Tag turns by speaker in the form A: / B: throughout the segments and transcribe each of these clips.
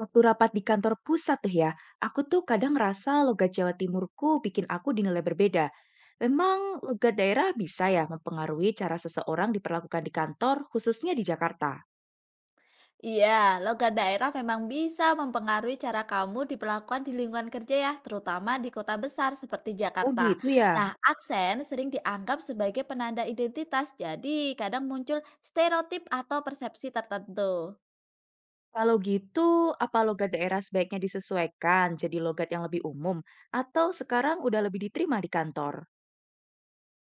A: Waktu rapat di kantor pusat tuh ya, aku tuh kadang ngerasa logat Jawa Timurku bikin aku dinilai berbeda. Memang logat daerah bisa ya mempengaruhi cara seseorang diperlakukan di kantor, khususnya di Jakarta.
B: Iya, logam daerah memang bisa mempengaruhi cara kamu diperlakukan di lingkungan kerja ya, terutama di kota besar seperti
A: Oh
B: Jakarta.
A: gitu ya.
B: Nah, aksen sering dianggap sebagai penanda identitas, jadi kadang muncul stereotip atau persepsi tertentu.
A: Kalau gitu, apa logat daerah sebaiknya disesuaikan jadi logat yang lebih umum? Atau sekarang udah lebih diterima di kantor?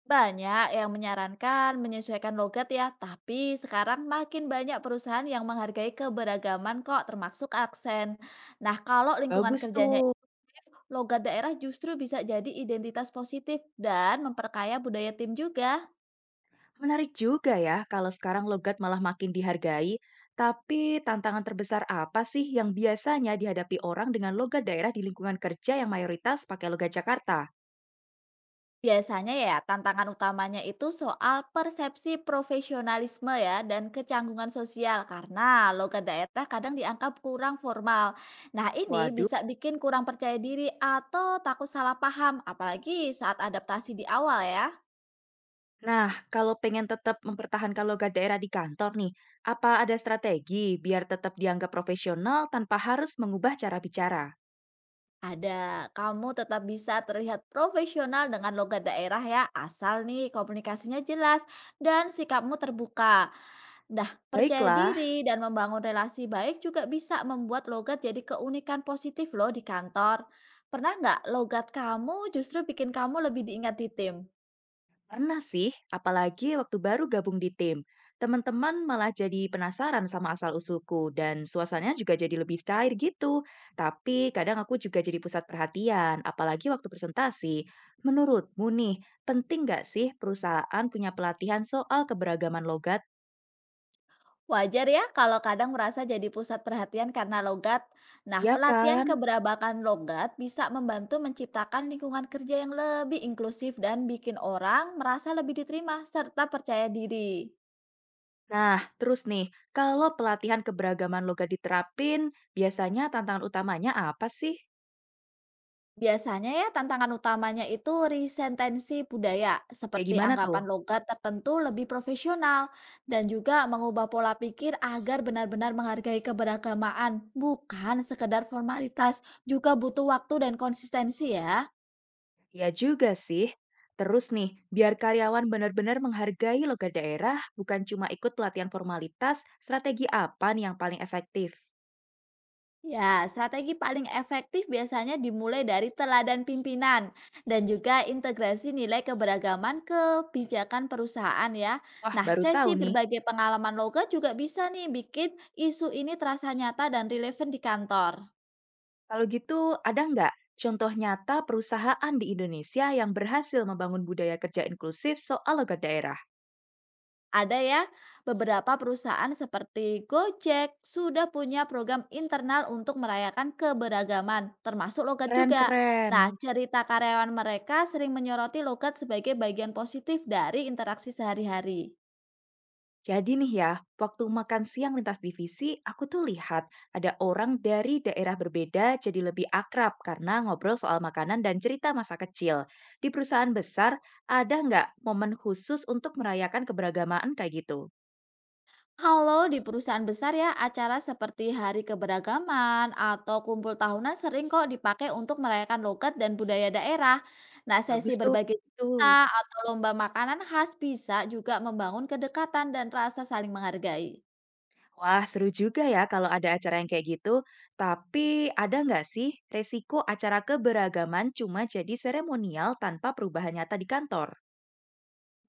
B: Banyak yang menyarankan menyesuaikan logat ya, tapi sekarang makin banyak perusahaan yang menghargai keberagaman kok, termasuk aksen. Nah, kalau lingkungan
A: Bagus
B: kerjanya
A: tuh.
B: logat daerah justru bisa jadi identitas positif dan memperkaya budaya tim juga.
A: Menarik juga ya kalau sekarang logat malah makin dihargai. Tapi tantangan terbesar apa sih yang biasanya dihadapi orang dengan logat daerah di lingkungan kerja yang mayoritas pakai logat Jakarta?
B: Biasanya ya, tantangan utamanya itu soal persepsi profesionalisme ya dan kecanggungan sosial karena logat daerah kadang dianggap kurang formal. Nah, ini
A: Waduh.
B: bisa bikin kurang percaya diri atau takut salah paham, apalagi saat adaptasi di awal ya.
A: Nah, kalau pengen tetap mempertahankan logat daerah di kantor nih, apa ada strategi biar tetap dianggap profesional tanpa harus mengubah cara bicara?
B: Ada, kamu tetap bisa terlihat profesional dengan logat daerah ya, asal nih komunikasinya jelas dan sikapmu terbuka. Nah, percaya
A: Baiklah.
B: diri dan membangun relasi baik juga bisa membuat logat jadi keunikan positif loh di kantor. Pernah nggak logat kamu justru bikin kamu lebih diingat di tim?
A: Pernah sih, apalagi waktu baru gabung di tim. Teman-teman malah jadi penasaran sama asal-usulku dan suasananya juga jadi lebih cair gitu. Tapi kadang aku juga jadi pusat perhatian, apalagi waktu presentasi. Menurutmu nih, penting nggak sih perusahaan punya pelatihan soal keberagaman logat?
B: Wajar ya kalau kadang merasa jadi pusat perhatian karena logat. Nah,
A: Iya
B: pelatihan
A: kan?
B: keberagaman logat bisa membantu menciptakan lingkungan kerja yang lebih inklusif dan bikin orang merasa lebih diterima serta percaya diri.
A: Nah, terus nih, kalau pelatihan keberagaman logat diterapin, biasanya tantangan utamanya apa sih?
B: Biasanya ya tantangan utamanya itu resentensi budaya,
A: Kayak
B: seperti
A: gimana tuh?
B: anggapan logat tertentu lebih profesional, dan juga mengubah pola pikir agar benar-benar menghargai keberagamaan, bukan sekedar formalitas, juga butuh waktu dan konsistensi ya.
A: Iya juga sih. Terus nih, biar karyawan benar-benar menghargai logat daerah, bukan cuma ikut pelatihan formalitas, strategi apa nih yang paling efektif?
B: Ya, strategi paling efektif biasanya dimulai dari teladan pimpinan dan juga integrasi nilai keberagaman ke kebijakan perusahaan ya.
A: Wah,
B: Nah,
A: baru
B: sesi
A: tahu nih.
B: berbagai pengalaman loga juga bisa nih bikin isu ini terasa nyata dan relevan di kantor.
A: Kalau gitu, ada nggak contoh nyata perusahaan di Indonesia yang berhasil membangun budaya kerja inklusif soal logat daerah?
B: Ada ya, beberapa perusahaan seperti Gojek sudah punya program internal untuk merayakan keberagaman, termasuk logat juga.
A: Keren-keren.
B: Nah, cerita karyawan mereka sering menyoroti logat sebagai bagian positif dari interaksi sehari-hari.
A: Jadi nih ya, waktu makan siang lintas divisi, aku tuh lihat ada orang dari daerah berbeda jadi lebih akrab karena ngobrol soal makanan dan cerita masa kecil. Di perusahaan besar, ada nggak momen khusus untuk merayakan keberagamaan kayak gitu?
B: Kalau di perusahaan besar ya, acara seperti Hari Keberagaman atau kumpul tahunan sering kok dipakai untuk merayakan logat dan budaya daerah. Nah, sesi
A: Bagus tuh.
B: berbagi
A: Itu.
B: cerita atau lomba makanan khas bisa juga membangun kedekatan dan rasa saling menghargai.
A: Wah, seru juga ya kalau ada acara yang kayak gitu. Tapi ada nggak sih resiko acara keberagaman cuma jadi seremonial tanpa perubahan nyata di kantor?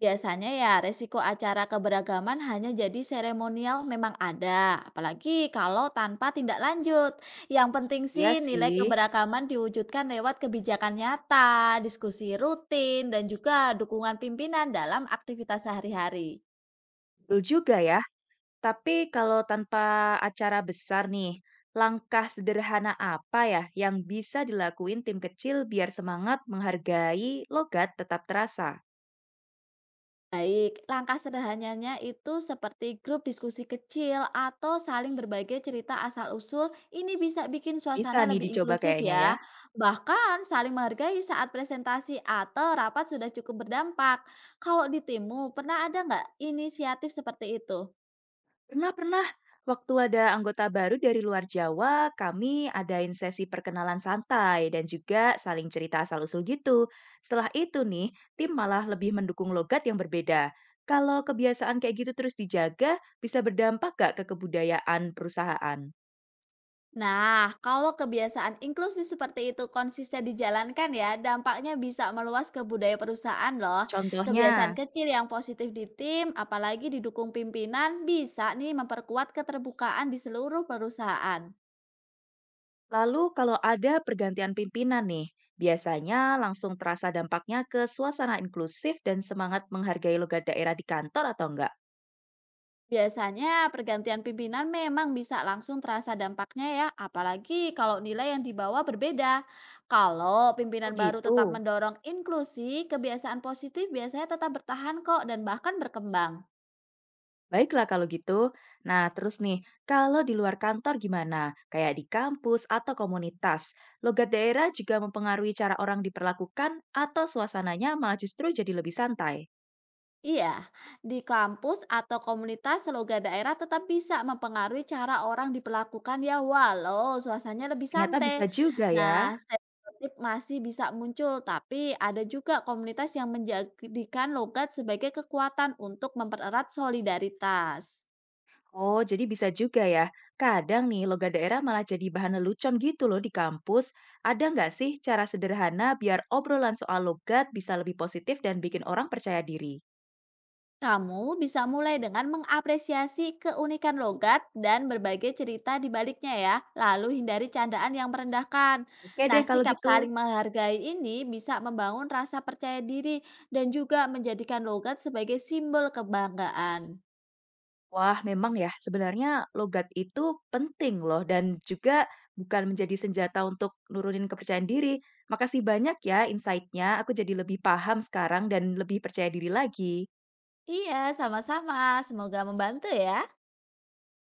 B: Biasanya ya resiko acara keberagaman hanya jadi seremonial memang ada, apalagi kalau tanpa tindak lanjut. Yang penting sih
A: Iya
B: nilai
A: sih,
B: keberagaman diwujudkan lewat kebijakan nyata, diskusi rutin, dan juga dukungan pimpinan dalam aktivitas sehari-hari.
A: betul juga ya. Tapi kalau tanpa acara besar nih, langkah sederhana apa ya yang bisa dilakuin tim kecil biar semangat menghargai logat tetap terasa?
B: Baik, langkah sederhananya itu seperti grup diskusi kecil atau saling berbagi cerita asal-usul, ini bisa bikin
A: Bisa
B: suasana
A: nih
B: lebih
A: dicoba
B: inklusif
A: kayaknya ya.
B: ya. Bahkan saling menghargai saat presentasi atau rapat sudah cukup berdampak. Kalau di timmu, pernah ada nggak inisiatif seperti itu?
A: Pernah pernah waktu ada anggota baru dari luar Jawa, kami adain sesi perkenalan santai dan juga saling cerita asal-usul gitu. Setelah itu nih, tim malah lebih mendukung logat yang berbeda. Kalau kebiasaan kayak gitu terus dijaga, bisa berdampak gak ke kebudayaan perusahaan?
B: Nah, kalau kebiasaan inklusi seperti itu konsisten dijalankan ya, dampaknya bisa meluas ke budaya perusahaan loh. Kebiasaan
A: Contohnya,
B: kecil yang positif di tim, apalagi didukung pimpinan, bisa nih memperkuat keterbukaan di seluruh perusahaan.
A: lalu kalau ada pergantian pimpinan nih, biasanya langsung terasa dampaknya ke suasana inklusif dan semangat menghargai logat daerah di kantor atau enggak?
B: Biasanya pergantian pimpinan memang bisa langsung terasa dampaknya ya, apalagi kalau nilai yang dibawa berbeda. Kalau
A: Oh
B: pimpinan baru
A: gitu.
B: tetap mendorong inklusi, kebiasaan positif biasanya tetap bertahan kok dan bahkan berkembang.
A: Baiklah kalau gitu. Nah, terus nih, kalau di luar kantor gimana? Kayak di kampus atau komunitas, logat daerah juga mempengaruhi cara orang diperlakukan atau suasananya malah justru jadi lebih santai.
B: Iya, di kampus atau komunitas slogan daerah tetap bisa mempengaruhi cara orang diperlakukan ya walau suasananya lebih
A: Ternyata
B: santai.
A: bisa juga ya.
B: Nah, stereotip masih bisa muncul, tapi ada juga komunitas yang menjadikan logat sebagai kekuatan untuk mempererat solidaritas.
A: Oh, jadi bisa juga ya. Kadang nih, logam daerah malah jadi bahan lelucon gitu loh di kampus. Ada nggak sih cara sederhana biar obrolan soal logat bisa lebih positif dan bikin orang percaya diri?
B: Kamu bisa mulai dengan mengapresiasi keunikan logat dan berbagai cerita di baliknya ya, lalu hindari candaan yang merendahkan.
A: Oke
B: Nah,
A: deh kalau
B: sikap
A: gitu.
B: saling menghargai ini bisa membangun rasa percaya diri dan juga menjadikan logat sebagai simbol kebanggaan.
A: Wah, memang ya, sebenarnya logat itu penting loh dan juga bukan menjadi senjata untuk nurunin kepercayaan diri. Makasih banyak ya insight-nya, aku jadi lebih paham sekarang dan lebih percaya diri lagi.
B: Iya, sama-sama. Semoga membantu ya.